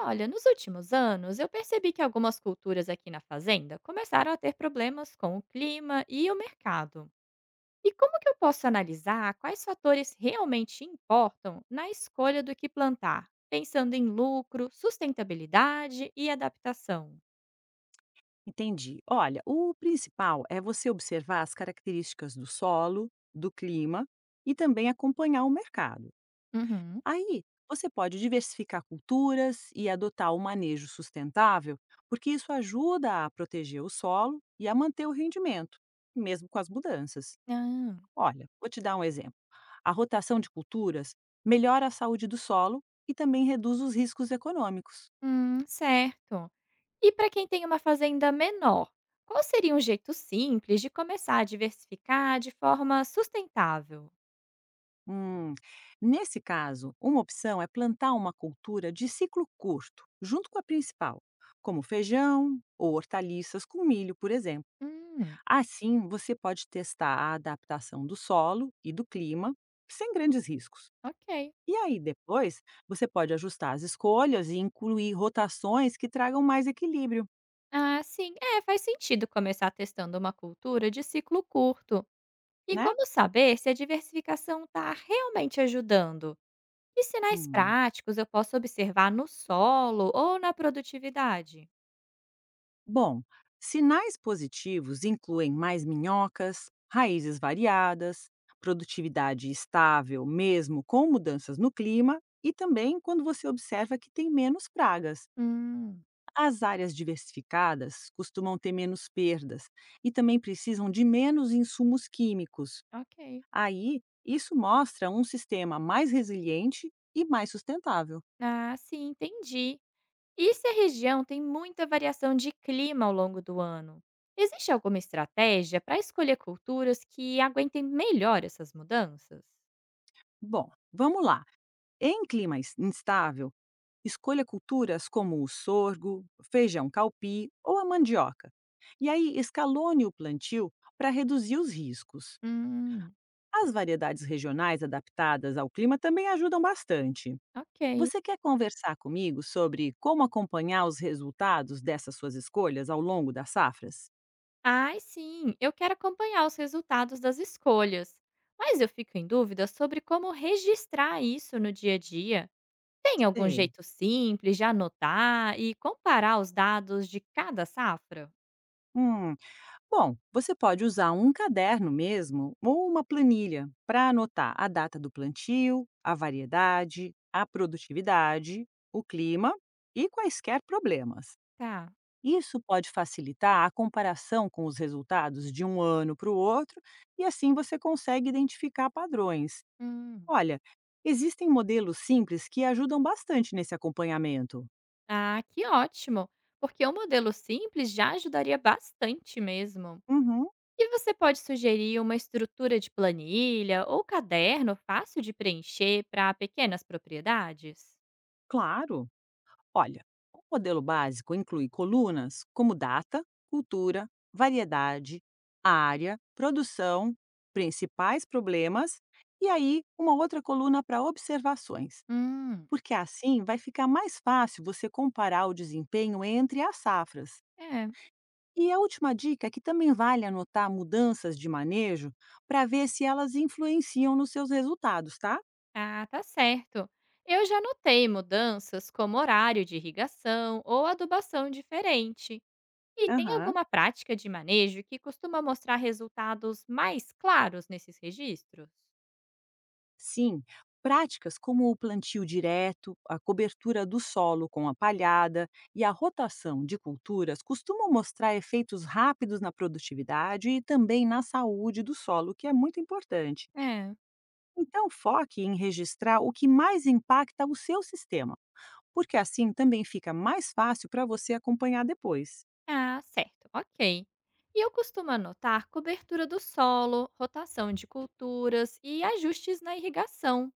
Olha, nos últimos anos, eu percebi que algumas culturas aqui na fazenda começaram a ter problemas com o clima e o mercado. E como que eu posso analisar quais fatores realmente importam na escolha do que plantar, pensando em lucro, sustentabilidade e adaptação? Entendi. Olha, o principal é você observar as características do solo, do clima e também acompanhar o mercado. Uhum. Aí, você pode diversificar culturas e adotar um manejo sustentável, porque isso ajuda a proteger o solo e a manter o rendimento, mesmo com as mudanças. Ah. Olha, vou te dar um exemplo. A rotação de culturas melhora a saúde do solo e também reduz os riscos econômicos. Certo. E para quem tem uma fazenda menor, qual seria um jeito simples de começar a diversificar de forma sustentável? Hum, Nesse caso, uma opção é plantar uma cultura de ciclo curto, junto com a principal, como feijão ou hortaliças com milho, por exemplo. Hum, Assim, você pode testar a adaptação do solo e do clima, sem grandes riscos. ok. E aí, depois, você pode ajustar as escolhas e incluir rotações que tragam mais equilíbrio, Ah, sim. É, faz sentido começar testando uma cultura de ciclo curto. E né? como saber se a diversificação está realmente ajudando? Que sinais Hum. práticos eu posso observar no solo ou na produtividade? Bom, sinais positivos incluem mais minhocas, raízes variadas, produtividade estável, mesmo com mudanças no clima, e também quando você observa que tem menos pragas. Hum, As áreas diversificadas costumam ter menos perdas e também precisam de menos insumos químicos. ok. Aí, isso mostra um sistema mais resiliente e mais sustentável. Ah, sim, entendi. E se a região tem muita variação de clima ao longo do ano? Existe alguma estratégia para escolher culturas que aguentem melhor essas mudanças? Bom, vamos lá. Em clima instável, escolha culturas como o sorgo, feijão calpi ou a mandioca. E aí escalone o plantio para reduzir os riscos. Hum, As variedades regionais adaptadas ao clima também ajudam bastante. ok. Você quer conversar comigo sobre como acompanhar os resultados dessas suas escolhas ao longo das safras? Ai, sim, eu quero acompanhar os resultados das escolhas, mas eu fico em dúvida sobre como registrar isso no dia a dia. Tem algum Sei. jeito simples de anotar e comparar os dados de cada safra? Hum, Bom, você pode usar um caderno mesmo ou uma planilha para anotar a data do plantio, a variedade, a produtividade, o clima e quaisquer problemas. Tá. Isso pode facilitar a comparação com os resultados de um ano para o outro e assim você consegue identificar padrões. Hum. Olha, existem modelos simples que ajudam bastante nesse acompanhamento. Ah, que ótimo! Porque um modelo simples já ajudaria bastante mesmo. Uhum, E você pode sugerir uma estrutura de planilha ou caderno fácil de preencher para pequenas propriedades? claro. Olha, o modelo básico inclui colunas como data, cultura, variedade, área, produção, principais problemas e aí uma outra coluna para observações, Hum. porque assim vai ficar mais fácil você comparar o desempenho entre as safras. É. E a última dica é que também vale anotar mudanças de manejo para ver se elas influenciam nos seus resultados, tá? Ah, tá certo. Eu já notei mudanças como horário de irrigação ou adubação diferente. E tem Aham. alguma prática de manejo que costuma mostrar resultados mais claros nesses registros? Sim, práticas como o plantio direto, a cobertura do solo com a palhada e a rotação de culturas costumam mostrar efeitos rápidos na produtividade e também na saúde do solo, que é muito importante. É. Então, foque em registrar o que mais impacta o seu sistema, porque assim também fica mais fácil para você acompanhar depois. Ah, certo. Ok. E eu costumo anotar cobertura do solo, rotação de culturas e ajustes na irrigação.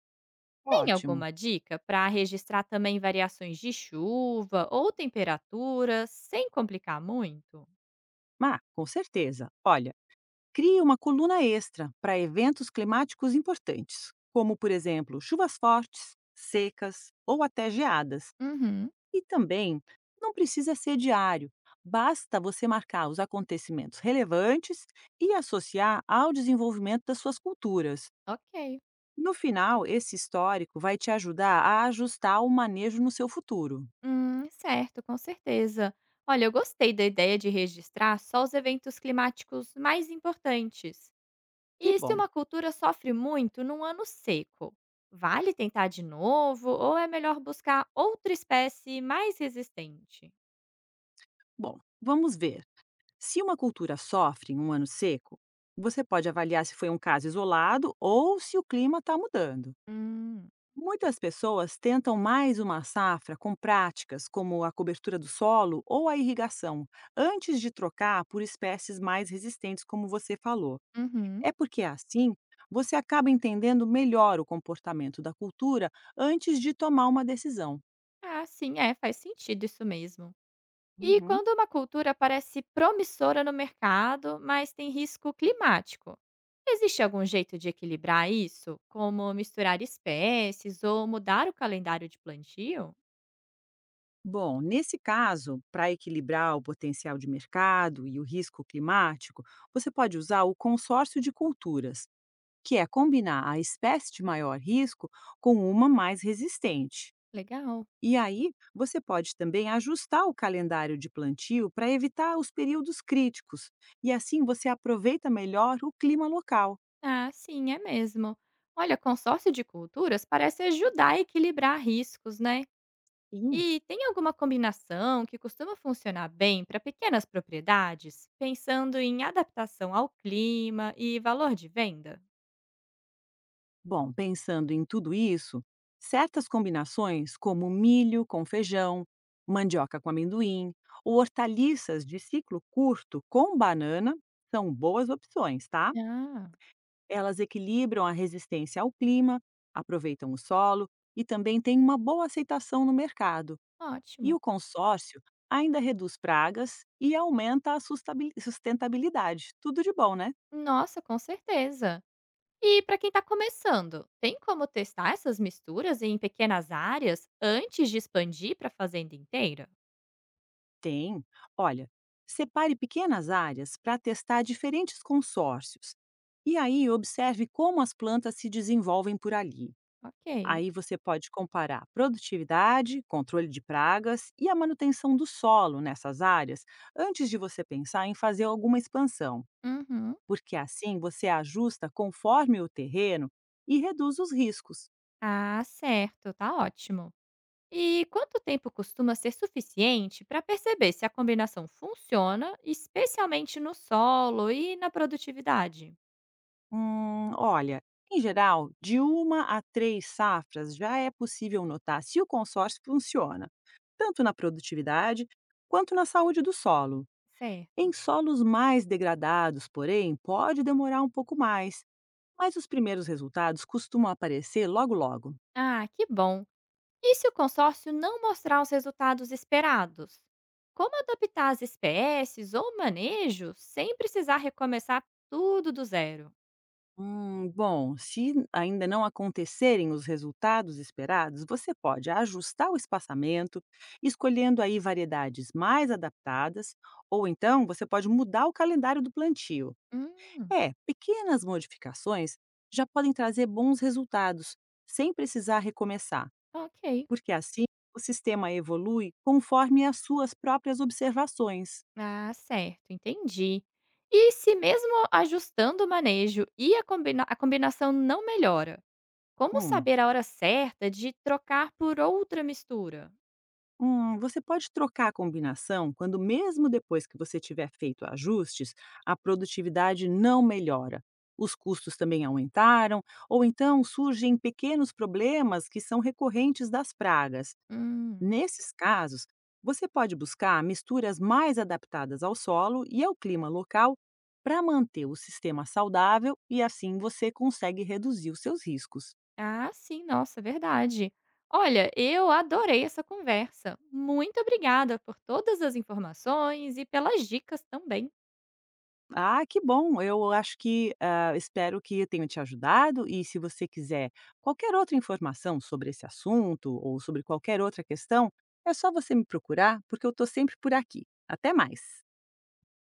Tem Ótimo! alguma dica para registrar também variações de chuva ou temperatura sem complicar muito? Ah, com certeza! Olha, crie uma coluna extra para eventos climáticos importantes, como, por exemplo, chuvas fortes, secas ou até geadas. Uhum. E também não precisa ser diário, basta você marcar os acontecimentos relevantes e associar ao desenvolvimento das suas culturas. Ok. No final, esse histórico vai te ajudar a ajustar o manejo no seu futuro. Certo, com certeza. Olha, eu gostei da ideia de registrar só os eventos climáticos mais importantes. Que E se bom! uma cultura sofre muito num ano seco? Vale tentar de novo ou é melhor buscar outra espécie mais resistente? Bom, vamos ver. Se uma cultura sofre em um ano seco, você pode avaliar se foi um caso isolado ou se o clima está mudando. Hum. Muitas pessoas tentam mais uma safra com práticas como a cobertura do solo ou a irrigação, antes de trocar por espécies mais resistentes, como você falou. Uhum. É porque assim você acaba entendendo melhor o comportamento da cultura antes de tomar uma decisão. Ah, sim, é, faz sentido isso mesmo. E Uhum. quando uma cultura parece promissora no mercado, mas tem risco climático, existe algum jeito de equilibrar isso, como misturar espécies ou mudar o calendário de plantio? Bom, nesse caso, para equilibrar o potencial de mercado e o risco climático, você pode usar o consórcio de culturas, que é combinar a espécie de maior risco com uma mais resistente. Legal. E aí, você pode também ajustar o calendário de plantio para evitar os períodos críticos, e assim você aproveita melhor o clima local. Ah, sim, é mesmo. Olha, consórcio de culturas parece ajudar a equilibrar riscos, né? Sim. E tem alguma combinação que costuma funcionar bem para pequenas propriedades, pensando em adaptação ao clima e valor de venda? Bom, pensando em tudo isso, certas combinações, como milho com feijão, mandioca com amendoim ou hortaliças de ciclo curto com banana, são boas opções, tá? Ah, Elas equilibram a resistência ao clima, aproveitam o solo e também têm uma boa aceitação no mercado. E ótimo. o consórcio ainda reduz pragas e aumenta a sustentabilidade. Tudo de bom, né? Nossa, com certeza. E para quem está começando, tem como testar essas misturas em pequenas áreas antes de expandir para a fazenda inteira? Tem. Olha, separe pequenas áreas para testar diferentes consórcios. E aí observe como as plantas se desenvolvem por ali. Ok. Aí você pode comparar produtividade, controle de pragas e a manutenção do solo nessas áreas antes de você pensar em fazer alguma expansão, Uhum. porque assim você ajusta conforme o terreno e reduz os riscos. Ah, certo. Tá ótimo. E quanto tempo costuma ser suficiente para perceber se a combinação funciona, especialmente no solo e na produtividade? Olha, em geral, de 1 a 3 safras já é possível notar se o consórcio funciona, tanto na produtividade quanto na saúde do solo. Em Certo. solos mais degradados, porém, pode demorar um pouco mais, mas os primeiros resultados costumam aparecer logo logo. Ah, que bom. E se o consórcio não mostrar os resultados esperados? Como adaptar as espécies ou manejo sem precisar recomeçar tudo do zero? Bom, se ainda não acontecerem os resultados esperados, você pode ajustar o espaçamento, escolhendo aí variedades mais adaptadas, ou então você pode mudar o calendário do plantio. Hum, É, pequenas modificações já podem trazer bons resultados, sem precisar recomeçar, ok. porque assim o sistema evolui conforme as suas próprias observações. Ah, certo, entendi. E se mesmo ajustando o manejo e a combinação não melhora? Como Hum. saber a hora certa de trocar por outra mistura? Você pode trocar a combinação quando, mesmo depois que você tiver feito ajustes, a produtividade não melhora. Os custos também aumentaram, ou então surgem pequenos problemas que são recorrentes das pragas. Hum. Nesses casos, você pode buscar misturas mais adaptadas ao solo e ao clima local para manter o sistema saudável e assim você consegue reduzir os seus riscos. Ah, sim, nossa, verdade. Olha, eu adorei essa conversa. Muito obrigada por todas as informações e pelas dicas também. Ah, que bom. Eu acho que, espero que eu tenha te ajudado e se você quiser qualquer outra informação sobre esse assunto ou sobre qualquer outra questão, é só você me procurar, porque eu estou sempre por aqui. Até mais.